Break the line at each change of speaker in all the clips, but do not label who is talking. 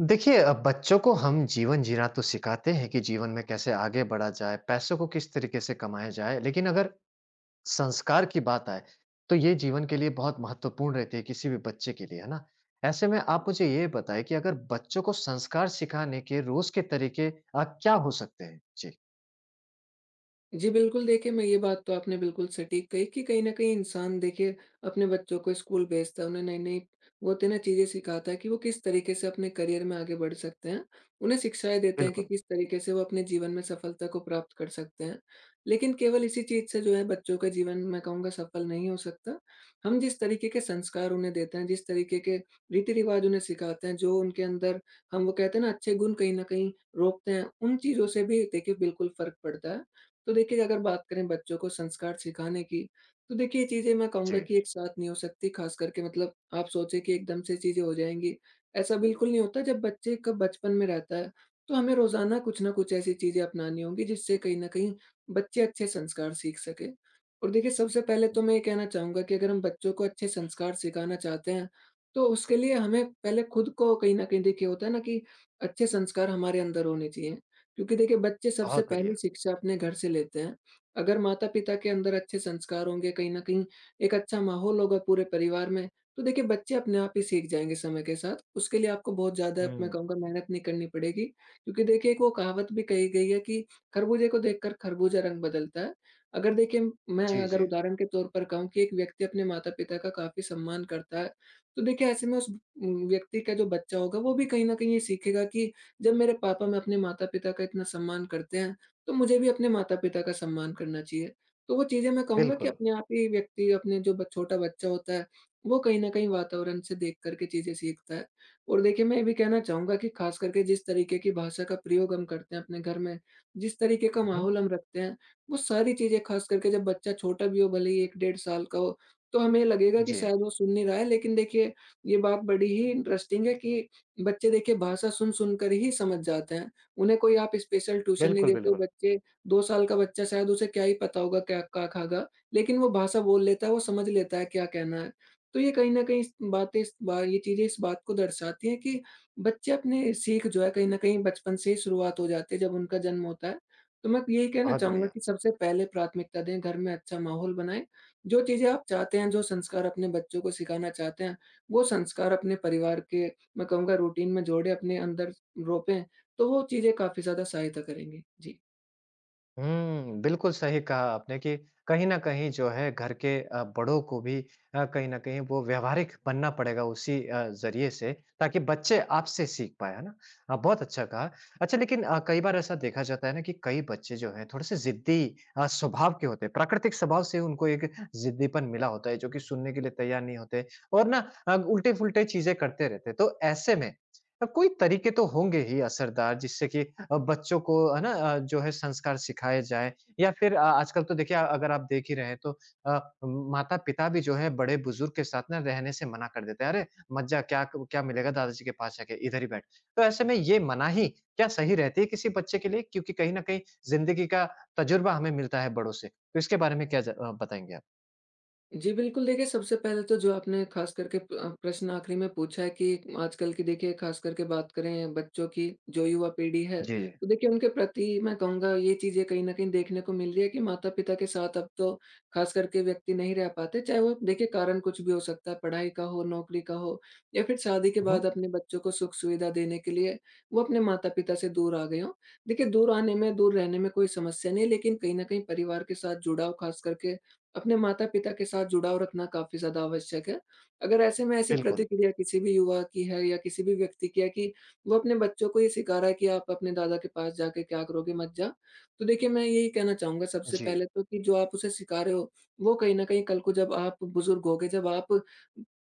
देखिए, बच्चों को हम जीवन जीना तो सिखाते हैं कि जीवन में कैसे आगे बढ़ा जाए, पैसों को किस तरीके से कमाया जाए, लेकिन अगर संस्कार की बात आए, तो ये जीवन के लिए बहुत महत्वपूर्ण रहती है किसी भी बच्चे के लिए, है ना? ऐसे में आप मुझे ये बताएँ कि अगर बच्चों को संस्कार सिखाने के रोज़ के तरीके क्या हो सकते हैं? जी।
जी, बिल्कुल देखिए, मैं ये बात तो आपने बिल्कुल सटीक कही कि कहीं न कहीं इंसान देखिए अपने बच्चों को स्कूल भेजता है, उन्हें नई-नई वो होती है ना चीज़ें सिखाता है कि वो किस तरीके से अपने करियर में आगे बढ़ सकते हैं। उन्हें शिक्षाएँ देते हैं कि
बिल्कुल।
किस तरीके से वो अपने जीवन में सफलता को प्राप्त कर सकते हैं। लेकिन केवल इसी चीज़ से जो है बच्चों का जीवन मैं कहूँगा सफल नहीं हो सकता। हम जिस तरीके के संस्कार उन्हें देते हैं, जिस तरीके के रीति-रिवाज़ उन्हें सिखाते हैं, जो उनके अंदर हम वो कहते हैं ना अच्छे गुण कहीं न कहीं रोपते हैं, उन चीज़ों से भी देखिए बिल्कुल फ़र्क पड़ता है। तो देखिए अगर बात करें बच्चों को संस्कार सिखाने की, तो देखिए ये चीज़ें मैं कहूँगा
जी।
कि एक साथ नहीं हो सकती, ख़ास करके मतलब आप सोचें कि एकदम से चीज़ें हो जाएँगी। ऐसा बिल्कुल नहीं होता। जब बच्चे का बचपन में रहता है, तो हमें रोज़ाना कुछ न कुछ ऐसी चीज़ें अपनानी होंगी जिससे कहीं न कहीं बच्चे अच्छे संस्कार सीख सकें। और देखिए सबसे पहले तो मैं ये कहना चाहूँगा कि अगर हम बच्चों को अच्छे संस्कार सिखाना चाहते हैं, तो उसके लिए हमें पहले खुद को कहीं न कहीं देखिए होता है ना कि अच्छे संस्कार हमारे अंदर होने चाहिए। क्योंकि देखिए बच्चे सबसे
बहुत बढ़िया।
पहली शिक्षा अपने घर से लेते हैं। अगर माता-पिता के अंदर अच्छे संस्कार होंगे, कहीं न कहीं एक अच्छा माहौल होगा पूरे परिवार में, तो देखिए बच्चे अपने आप ही सीख जाएँगे समय के साथ। उसके लिए आपको बहुत ज़्यादा मैं
हुँ।
कहूँगा मेहनत नहीं करनी पड़ेगी, क्योंकि देखिए एक वो कहावत भी कही गई है कि खरबूजे को देखकर खरबूजा रंग बदलता है। अगर देखिए मैं
जी,
अगर
जी।
उदाहरण के तौर पर कहूँ कि एक व्यक्ति अपने माता-पिता का काफ़ी सम्मान करता है, तो देखिए ऐसे में उस व्यक्ति का जो बच्चा होगा वो भी कहीं न कहीं ये सीखेगा कि जब मेरे पापा में अपने माता-पिता का इतना सम्मान करते हैं, तो मुझे भी अपने माता-पिता का सम्मान करना चाहिए। तो वो चीज़ें मैं कहूँगा कि
बिल्कुल।
अपने आप ही व्यक्ति अपने जो ब छोटा बच्चा होता है, वो कहीं न कहीं वातावरण से देख कर के चीज़ें सीखता है। और देखिए मैं ये भी कहना चाहूँगा कि ख़ास करके जिस तरीके की भाषा का प्रयोग हम करते हैं अपने घर में, जिस तरीके का
हुँ, हुँ।
माहौल हम रखते हैं, वो सारी चीज़ें ख़ास करके जब बच्चा छोटा भी हो, भले ही 1 डेढ़ साल का हो, तो हमें लगेगा कि
जी।
शायद वो सुन नहीं रहा है। लेकिन देखिए, ये बात बड़ी ही इंटरेस्टिंग है कि बच्चे देखिए भाषा सुन-सुन कर ही समझ जाते हैं। उन्हें कोई आप स्पेशल ट्यूशन नहीं
बिल्कुल,
देते हो।
बिल्कुल।
बच्चे 2 साल का बच्चा शायद उसे क्या ही पता होगा क्या का खागा, लेकिन वो भाषा बोल लेता है, वो समझ लेता है क्या कहना है। तो ये कहीं न कहीं इस बातें इस बा ये चीज़ें इस बात को दर्शाती हैं कि बच्चे अपने सीख जो है कहीं न कहीं बचपन से ही शुरुआत हो जाती है जब उनका जन्म होता है। तो मैं यही कहना
बहुत
चाहूँगा
बढ़िया।
कि सबसे पहले प्राथमिकता दें, घर में अच्छा माहौल बनाएँ। जो चीज़ें आप चाहते हैं, जो संस्कार अपने बच्चों को सिखाना चाहते हैं, वो संस्कार अपने परिवार के मैं कहूँगा रूटीन में जोड़ें, अपने अंदर रोपें, तो वो चीज़ें काफ़ी ज़्यादा सहायता करेंगी। जी।
हुँ, बिल्कुल सही कहा आपने कि कहीं न कहीं जो है घर के बड़ों को भी कहीं न कहीं वो व्यावहारिक बनना पड़ेगा उसी ज़रिए से ताकि बच्चे आपसे सीख पाएँ, है ना? बहुत अच्छा कहा। अच्छा लेकिन कई बार ऐसा देखा जाता है ना कि कई बच्चे जो हैं थोड़े-से ज़िद्दी स्वभाव के होते हैं, प्राकृतिक स्वभाव से उनको एक ज़िद्दीपन मिला होता है जो कि सुनने के लिए तैयार नहीं होते और ना उल्टे-पुल्टे चीज़ें करते रहते हैं। तो ऐसे में कोई तरीके तो होंगे ही असरदार जिससे कि बच्चों को है ना जो है संस्कार सिखाए जाएँ या फिर आजकल तो देखिए अगर आप देख ही रहे हैं तो माता-पिता भी जो है बड़े-बुजुर्ग के साथ ना रहने से मना कर देते हैं। अरे! मत जा। क्या मिलेगा दादाजी के पास जाके, इधर ही बैठ। तो ऐसे में ये मनाही क्या सही रहती है किसी बच्चे के लिए? क्योंकि कहीं न कहीं ज़िंदगी का तजुर्बा हमें मिलता है बड़ों से। तो इसके बारे में क्या बताएँगे आप?
जी, बिल्कुल देखिए, सबसे पहले तो जो आपने ख़ास करके प्रश्न आखिरी में पूछा है कि आजकल की देखिए ख़ास करके बात करें बच्चों की, जो युवा पीढ़ी है,
जी, जी।
तो देखिए उनके प्रति मैं कहूँगा ये चीज़ें कहीं न कहीं देखने को मिल रही है कि माता-पिता के साथ अब तो ख़ास करके व्यक्ति नहीं रह पाते, चाहे वो देखिए कारण कुछ भी हो सकता है, पढ़ाई का हो, नौकरी का हो या फिर शादी के
हुँ,
बाद अपने बच्चों को सुख-सुविधा देने के लिए वो अपने माता-पिता से दूर आ गए हों। देखिए दूर आने में, दूर रहने में कोई समस्या नहीं है, लेकिन कहीं न कहीं परिवार के साथ जुड़ाव, ख़ास करके अपने माता-पिता के साथ जुड़ाव रखना काफ़ी ज़्यादा आवश्यक है। अगर ऐसे में ऐसी
बिल्कुल।
प्रतिक्रिया किसी भी युवा की है या किसी भी व्यक्ति की है कि वो अपने बच्चों को ये सिखा रहा है कि आप अपने दादा के पास जाके क्या करोगे, मत जा। तो देखिए मैं यही कहना चाहूँगा सबसे
जी।
पहले तो, कि जो आप उसे सिखा रहे हो, वो कहीं न कहीं कल को जब आप बुज़ुर्ग होगे, जब आप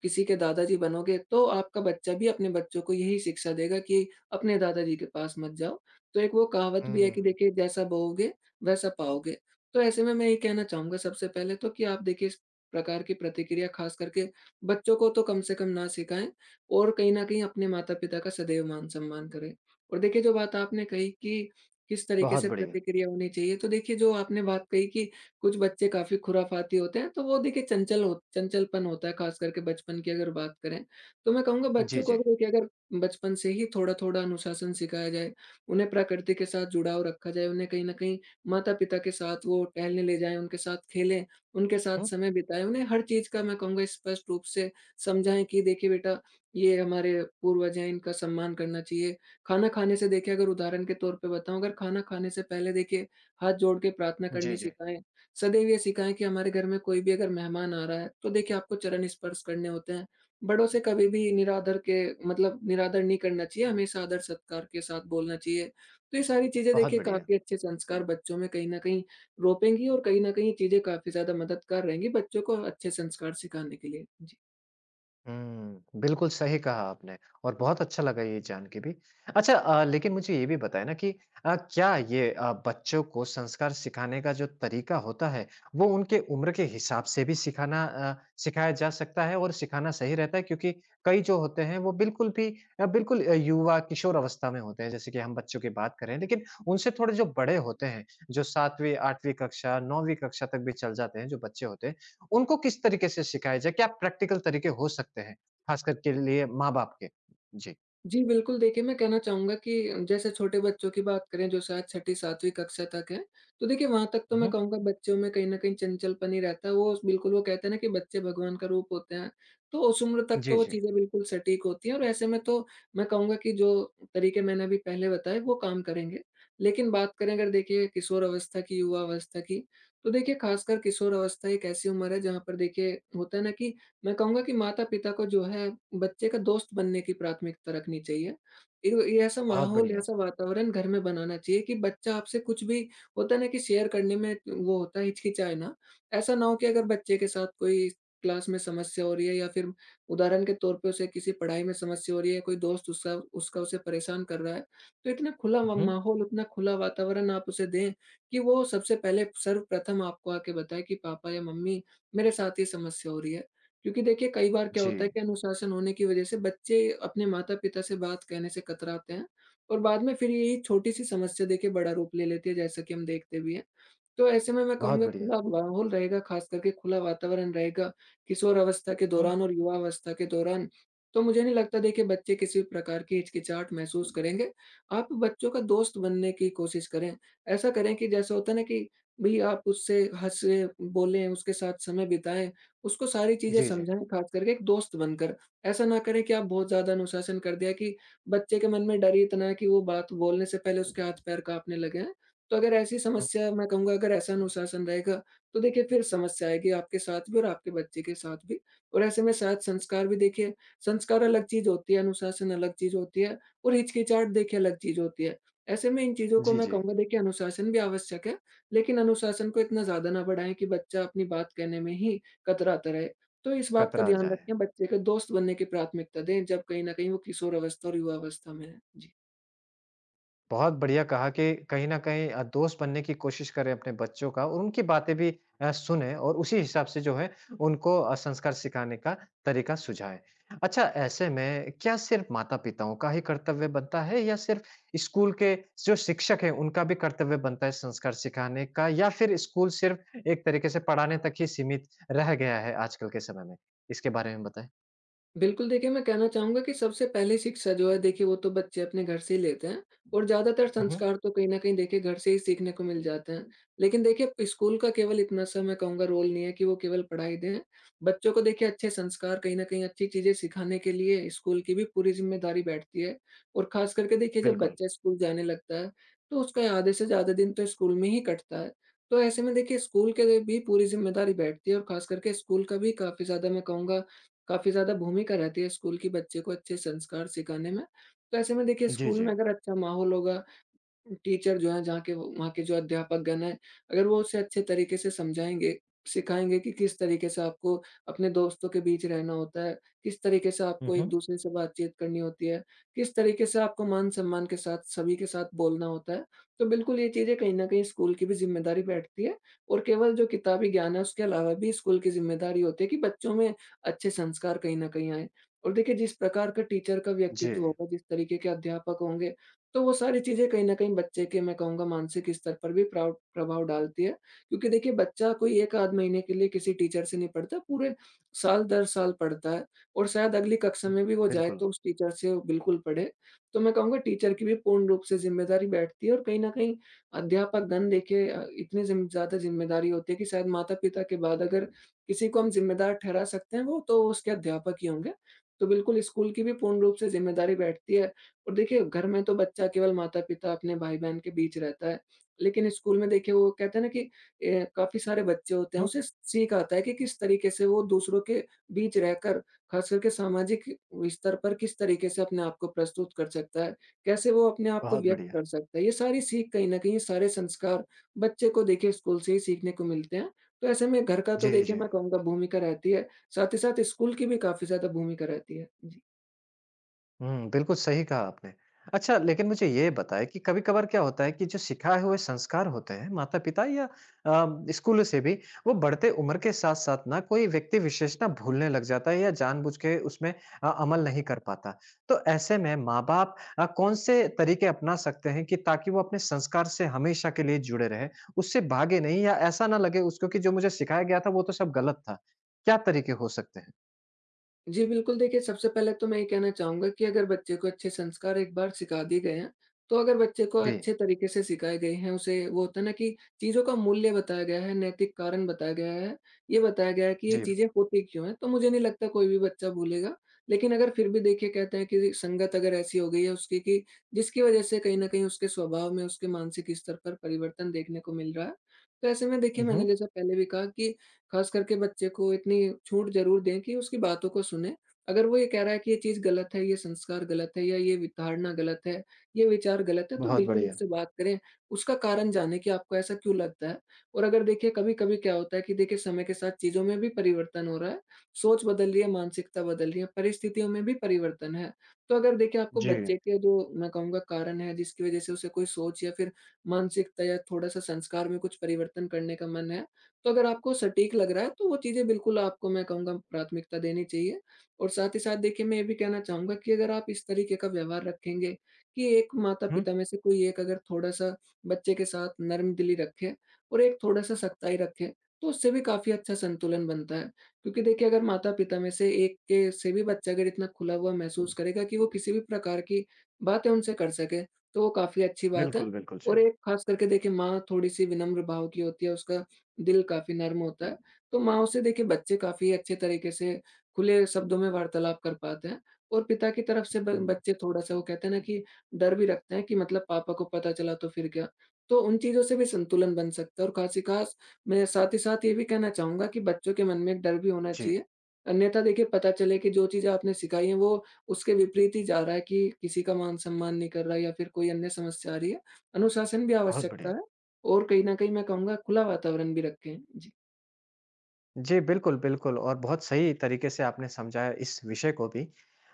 किसी के दादाजी बनोगे, तो आपका बच्चा भी अपने बच्चों को यही शिक्षा देगा कि अपने दादाजी के पास मत जाओ। तो एक वो कहावत भी है कि
हुँ,
देखिए जैसा बोओगे वैसा पाओगे। तो ऐसे में मैं ये कहना चाहूँगा सबसे पहले तो कि आप देखिए इस प्रकार की प्रतिक्रिया खास करके बच्चों को तो कम से कम ना सिखाएँ और कहीं न कहीं अपने माता-पिता का सदैव मान-सम्मान करें। और देखिए जो बात आपने कही कि किस तरीके
बहुत
से
बढ़िया।
प्रतिक्रिया होनी चाहिए, तो देखिए जो आपने बात कही कि कुछ बच्चे काफ़ी खुराफाती होते हैं, तो वो देखिए चंचलपन होता है खास करके, बचपन की अगर बात करें। तो मैं कहूँगा
जी,
बच्चों को
जी।
अगर देखिए, अगर बचपन से ही थोड़ा-थोड़ा अनुशासन सिखाया जाए, उन्हें प्रकृति के साथ जुड़ाव रखा जाए, उन्हें कहीं न कहीं माता-पिता के साथ वो टहलने ले जाएँ, उनके साथ खेलें, उनके साथ
हुँ,
समय बिताएँ, उन्हें हर चीज़ का मैं कहूँगा स्पष्ट रूप से समझाएँ कि देखिए बेटा, ये हमारे पूर्वज हैं, इनका सम्मान करना चाहिए। खाना खाने से देखिए, अगर उदाहरण के तौर पे बताऊँ, अगर खाना खाने से पहले देखिए हाथ जोड़ के प्रार्थना
जी,
करनी
जी।
सिखाएँ। सदैव ये सिखाएँ कि हमारे घर में कोई भी अगर मेहमान आ रहा है, तो देखिए आपको चरण स्पर्श करने होते हैं। बड़ों से कभी भी निरादर के मतलब निरादर नहीं करना चाहिए, हमेशा आदर-सत्कार के साथ बोलना चाहिए। तो ये सारी चीज़ें
बहुत
देखिए
बढ़िया।
काफ़ी अच्छे संस्कार बच्चों में कहीं न कहीं रोपेंगी और कहीं न कहीं ये चीज़ें काफ़ी ज़्यादा मददगार रहेंगी बच्चों को अच्छे संस्कार सिखाने के लिए। जी।
हुँ, बिल्कुल सही कहा आपने और बहुत अच्छा लगा ये जान के भी। अच्छा लेकिन मुझे ये भी बताएँ ना कि क्या ये बच्चों को संस्कार सिखाने का जो तरीका होता है, वो उनके उम्र के हिसाब से भी सिखाना सिखाया जा सकता है और सिखाना सही रहता है? क्योंकि कई जो होते हैं वो बिल्कुल भी बिल्कुल युवा किशोर अवस्था में होते हैं, जैसे कि हम बच्चों की बात करें, लेकिन उनसे थोड़े जो बड़े होते हैं, जो 7वीं, 8वीं कक्षा, 9वीं कक्षा तक भी चल जाते हैं जो बच्चे होते हैं, उनको किस तरीके से सिखाया जाए? क्या प्रैक्टिकल तरीके हो सकते हैं, ख़ासकर के लिए माँ-बाप के? जी।
जी, बिल्कुल देखिए, मैं कहना चाहूँगा कि जैसे छोटे बच्चों की बात करें, जो शायद 6ठी-7वीं कक्षा तक हैं, तो देखिए वहाँ तक तो मैं
उहुँ।
कहूँगा बच्चों में कहीं न कहीं चंचलपन ही रहता है। वो बिल्कुल, वो कहते हैं ना कि बच्चे भगवान का रूप होते हैं, तो उस उम्र तक
जी,
तो वो
जी।
चीज़ें बिल्कुल सटीक होती हैं और ऐसे में तो मैं कहूँगा कि जो तरीके मैंने अभी पहले बताए वो काम करेंगे। लेकिन बात करें अगर देखिए किशोर अवस्था की, युवा अवस्था की, तो देखिए खासकर किशोर अवस्था एक ऐसी उम्र है जहाँ पर देखिए होता है ना कि मैं कहूँगा कि माता-पिता को जो है बच्चे का दोस्त बनने की प्राथमिकता रखनी चाहिए। ये ऐसा
बहुत
माहौल,
बढ़िया।
ऐसा वातावरण घर में बनाना चाहिए कि बच्चा आपसे कुछ भी होता है ना कि शेयर करने में वो होता है हिचकिचाए ना। ऐसा ना हो कि अगर बच्चे के साथ कोई क्लास में समस्या हो रही है या फिर उदाहरण के तौर पे उसे किसी पढ़ाई में समस्या हो रही है, कोई दोस्त उसका उसका उसे परेशान कर रहा है, तो इतना खुला म
उहुँ।
माहौल, उतना खुला वातावरण आप उसे दें कि वो सबसे पहले सर्वप्रथम आपको आके बताए कि पापा या मम्मी मेरे साथ ये समस्या हो रही है। क्योंकि देखिए कई बार क्या होता है
जी,
कि अनुशासन होने की वजह से बच्चे अपने माता-पिता से बात कहने से कतराते हैं और बाद में फिर यही छोटी-सी समस्या देखिए बड़ा रूप ले लेती है, जैसा कि हम देखते भी हैं। तो ऐसे में मैं
बहुत
कहूँगा
बढ़िया।
खुला माहौल रहेगा, खास करके खुला वातावरण रहेगा, किशोर अवस्था के
हुँ।
दौरान और युवा अवस्था के दौरान, तो मुझे नहीं लगता देखिए बच्चे किसी प्रकार की हिचकिचाहट महसूस करेंगे। आप बच्चों का दोस्त बनने की कोशिश करें। ऐसा करें कि जैसा होता है ना कि भई आप उससे हँसे, बोलें, उसके साथ समय बिताएँ, उसको सारी चीज़ें
जी, जी।
समझाएँ, ख़ास करके एक दोस्त बनकर। ऐसा ना करें कि आप बहुत ज़्यादा अनुशासन कर दिया कि बच्चे के मन में डर ही इतना है कि वो बात बोलने से पहले उसके हाथ-पैर काँपने लगे हैं। तो अगर ऐसी
हुँ।
समस्या, मैं कहूँगा अगर ऐसा अनुशासन रहेगा, तो देखिए फिर समस्या आएगी आपके साथ भी और आपके बच्चे के साथ भी। और ऐसे में शायद संस्कार भी देखिए, संस्कार अलग चीज़ होती है, अनुशासन अलग चीज़ होती है और हिचकिचाहट देखिए अलग चीज़ होती है। ऐसे में इन चीज़ों को
जी,
मैं
जी,
कहूँगा देखिए अनुशासन भी आवश्यक है, लेकिन अनुशासन को इतना ज़्यादा ना बढ़ाएँ कि बच्चा अपनी बात कहने में ही कतराता रहे। तो इस बात का
कतरा
ध्यान
जाए।
रखें, बच्चे के दोस्त बनने की प्राथमिकता दें, जब कहीं न कहीं वो किशोर अवस्था और युवा अवस्था में है। जी।
बहुत बढ़िया कहा कि कहीं न कहीं दोस्त बनने की कोशिश करें अपने बच्चों का और उनकी बातें भी सुनें और उसी हिसाब से जो है उनको संस्कार सिखाने का तरीका सुझाएँ। अच्छा ऐसे में क्या सिर्फ़ माता-पिताओं का ही कर्तव्य बनता है या सिर्फ़ स्कूल के जो शिक्षक हैं उनका भी कर्तव्य बनता है संस्कार सिखाने का या फिर स्कूल सिर्फ़ एक तरीके से पढ़ाने तक ही सीमित रह गया है आजकल के समय में? इसके बारे में बताएँ।
बिल्कुल, देखिए मैं कहना चाहूँगा कि सबसे पहले शिक्षा जो है देखिए वो तो बच्चे अपने घर से ही लेते हैं और ज़्यादातर
हुँ, हुँ।
संस्कार तो कहीं न कहीं देखिए घर से ही सीखने को मिल जाते हैं। लेकिन देखिए स्कूल का केवल इतना सा मैं कहूँगा रोल नहीं है कि वो केवल पढ़ाई दें। बच्चों को देखिए अच्छे संस्कार कहीं न कहीं अच्छी चीज़ें सिखाने के लिए स्कूल की भी पूरी ज़िम्मेदारी बैठती है और ख़ास करके देखिए जब
बिल्कुल।
बच्चा स्कूल जाने लगता है तो उसका आधे से ज़्यादा दिन तो स्कूल में ही कटता है। तो ऐसे में देखिए स्कूल के भी पूरी ज़िम्मेदारी बैठती है और ख़ास करके स्कूल का भी काफ़ी ज़्यादा मैं कहूँगा काफ़ी ज़्यादा भूमिका रहती है स्कूल की बच्चे को अच्छे संस्कार सिखाने में। तो ऐसे में देखिए
जी,
स्कूल
जी।
में अगर अच्छा माहौल होगा, टीचर जो है जहाँ के वहाँ के जो अध्यापकगण हैं, अगर वो उसे अच्छे तरीके से समझाएँगे, सिखाएँगे कि किस तरीके से आपको अपने दोस्तों के बीच रहना होता है, किस तरीके से
हुँ,
आपको
हुँ।
एक-दूसरे से बातचीत करनी होती है, किस तरीके से आपको मान-सम्मान के साथ सभी के साथ बोलना होता है। तो बिल्कुल ये चीज़ें कहीं न कहीं स्कूल की भी ज़िम्मेदारी बैठती है और केवल जो किताबी ज्ञान है उसके अलावा भी स्कूल की ज़िम्मेदारी होती है कि बच्चों में अच्छे संस्कार कहीं न कहीं आएँ। और देखिए जिस प्रकार का टीचर का
जी।
व्यक्तित्व होगा, जिस तरीके के अध्यापक होंगे, तो वो सारी चीज़ें कहीं न कहीं बच्चे के मैं कहूँगा मानसिक स्तर पर भी प्राव प्रभाव डालती है। क्योंकि देखिए बच्चा कोई 1 आध महीने के लिए किसी टीचर से नहीं पढ़ता, पूरे साल दर साल पढ़ता है और शायद अगली कक्षा
हुँ।
में भी वो जाए,
बिल्कुल।
तो उस टीचर से वो बिल्कुल पढ़े। तो मैं कहूँगा टीचर की भी पूर्ण रूप से ज़िम्मेदारी बैठती है और कहीं न कहीं अध्यापकगण देखिए इतनी ज़िम ज़्यादा ज़िम्मेदारी होती है कि शायद माता-पिता के बाद अगर किसी को हम ज़िम्मेदार ठहरा सकते हैं, वो तो उसके अध्यापक ही होंगे। तो बिल्कुल स्कूल की भी पूर्ण रूप से ज़िम्मेदारी बैठती है और देखिए घर में तो बच्चा केवल माता-पिता अपने भाई-बहन के बीच रहता है। लेकिन स्कूल में देखिए वो कहते हैं ना कि काफ़ी सारे बच्चे होते हैं,
हुँ।
उसे सीख आता है कि किस तरीके से वो दूसरों के बीच रहकर ख़ास करके सामाजिक स्तर पर किस तरीके से अपने आप को प्रस्तुत कर सकता है, कैसे वो अपने आप को
बहुत
व्यक्त
बढ़िया।
कर सकता है। ये सारी सीख कहीं न कहीं, ये सारे संस्कार बच्चे को देखिए स्कूल से ही सीखने को मिलते हैं। तो ऐसे में घर का
जी,
तो देखिए
जी।
मैं कहूँगा भूमिका रहती है, साथ ही साथ स्कूल की भी काफ़ी ज़्यादा भूमिका रहती है। जी।
हुँ, बिल्कुल सही कहा आपने। अच्छा लेकिन मुझे ये बताएँ कि कभी-कभार क्या होता है कि जो सिखाए हुए संस्कार होते हैं, माता-पिता या अ, स्कूल से भी, वो बढ़ते उम्र के साथ-साथ ना कोई व्यक्ति विशेष ना भूलने लग जाता है या जानबूझ के उसमें अमल नहीं कर पाता। तो ऐसे में माँ-बाप कौन से तरीके अपना सकते हैं कि ताकि वो अपने संस्कार से हमेशा के लिए जुड़े रहें, उससे भागे नहीं या ऐसा ना लगे उसको कि जो मुझे सिखाया गया था वो तो सब गलत था? क्या तरीके हो सकते हैं?
जी, बिल्कुल, देखिए सबसे पहले तो मैं ये कहना चाहूँगा कि अगर बच्चे को अच्छे संस्कार एक बार सिखा दिए गए हैं, तो अगर बच्चे को
जी,
अच्छे तरीके से सिखाए गए हैं, उसे वो होता है ना कि चीज़ों का मूल्य बताया गया है, नैतिक कारण बताया गया है, ये बताया गया है कि ये
जी।
चीज़ें होती क्यों हैं, तो मुझे नहीं लगता कोई भी बच्चा भूलेगा। लेकिन अगर फिर भी देखिए कहते हैं कि संगत अगर ऐसी हो गई है उसकी कि जिसकी वज़ह से कहीं न कहीं उसके स्वभाव में, उसके मानसिक स्तर पर परिवर्तन देखने को मिल रहा है। तो ऐसे में देखिए
हुँ,
मैंने
हुँ।
जैसा पहले भी कहा कि खास करके बच्चे को इतनी छूट ज़रूर दें कि उसकी बातों को सुनें। अगर वो ये कह रहा है कि ये चीज़ गलत है, ये संस्कार गलत है या ये वि धारणा गलत है, ये विचार गलत है, तो
बहुत
बिल्कुल
बढ़िया।
उससे बात करें। उसका कारण जानें कि आपको ऐसा क्यों लगता है और अगर देखिए कभी-कभी क्या होता है कि देखिए समय के साथ चीज़ों में भी परिवर्तन हो रहा है, सोच बदल रही है, मानसिकता बदल रही है, परिस्थितियों में भी परिवर्तन है। तो अगर देखिए आपको
जी।
बच्चे के जो मैं कहूँगा कारण है जिसकी वज़ह से उसे कोई सोच या फिर मानसिकता या थोड़ा-सा संस्कार में कुछ परिवर्तन करने का मन है, तो अगर आपको सटीक लग रहा है, तो वो चीज़ें बिल्कुल आपको मैं कहूँगा प्राथमिकता देनी चाहिए। और साथ ही साथ देखिए मैं ये भी कहना चाहूँगा कि अगर आप इस तरीके का व्यवहार रखेंगे कि एक
हुँ,
माता-पिता में से कोई एक अगर थोड़ा-सा बच्चे के साथ नर्म दिली रखे और एक थोड़ा-सा सख्ताई रखे, तो उससे भी काफ़ी अच्छा संतुलन बनता है। क्योंकि देखिए अगर माता-पिता में से एक के से भी बच्चा अगर इतना खुला हुआ महसूस करेगा कि वो किसी भी प्रकार की बातें उनसे कर सके, तो वो काफ़ी अच्छी बात है।
बिल्कुल, बिल्कुल, जी।
और एक ख़ास करके देखिए माँ थोड़ी-सी विनम्र भाव की होती है, उसका दिल काफ़ी नर्म होता है, तो माँ से देखिए बच्चे काफ़ी अच्छे तरीके से खुले शब्दों में वार्तालाप कर पाते हैं और पिता की तरफ से ब
हुँ।
बच्चे थोड़ा-सा वो कहते हैं ना कि डर भी रखते हैं कि मतलब पापा को पता चला तो फिर क्या? तो उन चीज़ों से भी संतुलन बन सकता है। और ख़ास-ही-ख़ास मैं साथ ही साथ ये भी कहना चाहूँगा कि बच्चों के मन में एक डर भी होना
जी,
चाहिए, अन्यथा देखिए पता चले कि जो चीज़ें आपने सिखाई हैं वो उसके विपरीत ही जा रहा है कि किसी का मान-सम्मान नहीं कर रहा या फिर कोई अन्य समस्या आ रही है, अनुशासन भी
बहुत
आवश्यकता
बढ़िया।
है। और कहीं न कहीं मैं कहूँगा खुला वातावरण भी रखें।
जी, बिल्कुल, बिल्कुल और बहुत सही तरीके से आपने समझाया इस विषय को भी।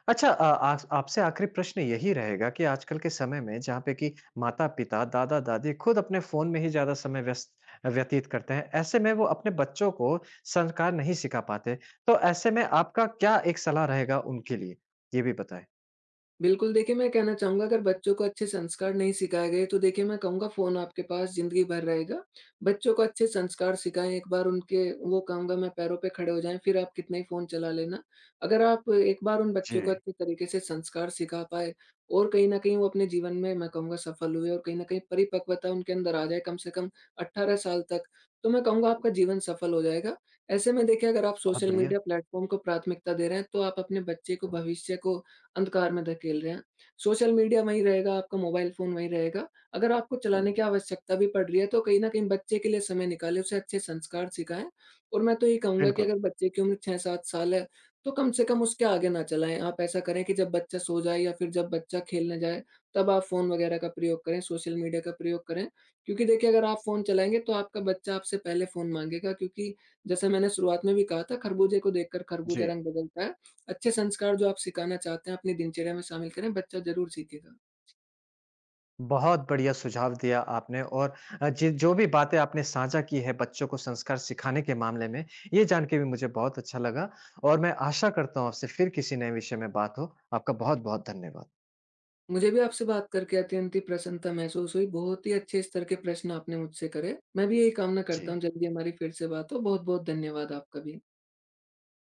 अच्छा अ, आस आपसे आखिरी प्रश्न यही रहेगा कि आजकल के समय में जहाँ पे कि माता-पिता, दादा-दादी खुद अपने फ़ोन में ही ज़्यादा समय व्यस्त व्यतीत करते हैं, ऐसे में वो अपने बच्चों को संस्कार नहीं सिखा पाते। तो ऐसे में आपका क्या एक सलाह रहेगा उनके लिए? ये भी बताएँ।
बिल्कुल, देखिए मैं कहना चाहूँगा अगर बच्चों को अच्छे संस्कार नहीं सिखाए गए, तो देखिए मैं कहूँगा फ़ोन आपके पास ज़िंदगी भर रहेगा। बच्चों को अच्छे संस्कार सिखाएँ, एक बार उनके वो कहूँगा मैं पैरों पे खड़े हो जाएँ, फिर आप कितना ही फ़ोन चला लेना। अगर आप एक बार उन बच्चों को
जी,
अच्छे तरीके से संस्कार सिखा पाएँ और कहीं न कहीं वो अपने जीवन में मैं कहूँगा सफल हुए और कहीं न कहीं परिपक्वता उनके अंदर आ जाए कम से कम 18 साल तक, तो मैं कहूँगा आपका जीवन सफल हो जाएगा। ऐसे में देखिए अगर आप
बहुत
सोशल
बढ़िया।
मीडिया प्लेटफ़ॉर्म को प्राथमिकता दे रहे हैं, तो आप अपने बच्चे को, भविष्य को अंधकार में धकेल रहे हैं। सोशल मीडिया वहीं रहेगा, आपका मोबाइल फ़ोन वहीं रहेगा। अगर आपको चलाने की आवश्यकता भी पड़ रही है, तो कहीं न कहीं बच्चे के लिए समय निकालें, उसे अच्छे संस्कार सिखाएँ। और मैं तो ये कहूँगा कि
बिल्कुल,
अगर बच्चे की उम्र 6-7 साल है, तो कम से कम उसके आगे ना चलाएँ। आप ऐसा करें कि जब बच्चा सो जाए या फिर जब बच्चा खेलने जाए, तब आप फ़ोन वगैरह का प्रयोग करें, सोशल मीडिया का प्रयोग करें। क्योंकि देखिए, अगर आप फ़ोन चलाएँगे, तो आपका बच्चा आपसे पहले फ़ोन माँगेगा, क्योंकि जैसे मैंने शुरुआत में भी कहा था, खरबूजे को देखकर खरबूजा
जी।
रंग बदलता है। अच्छे संस्कार जो आप सिखाना चाहते हैं अपनी दिनचर्या में शामिल करें, बच्चा ज़रूर सीखेगा।
बहुत बढ़िया सुझाव दिया आपने और अ, जि जो भी बातें आपने साझा की है बच्चों को संस्कार सिखाने के मामले में, ये जान के भी मुझे बहुत अच्छा लगा और मैं आशा करता हूँ आपसे फिर किसी नए विषय में बात हो। आपका बहुत-बहुत धन्यवाद।
मुझे भी आपसे बात करके अत्यंत ही प्रसन्नता महसूस हुई। बहुत ही अच्छे स्तर के प्रश्न आपने मुझसे करे। मैं भी यही कामना
जी।
करता हूँ जल्दी हमारी फिर से बात हो। बहुत-बहुत धन्यवाद आपका भी।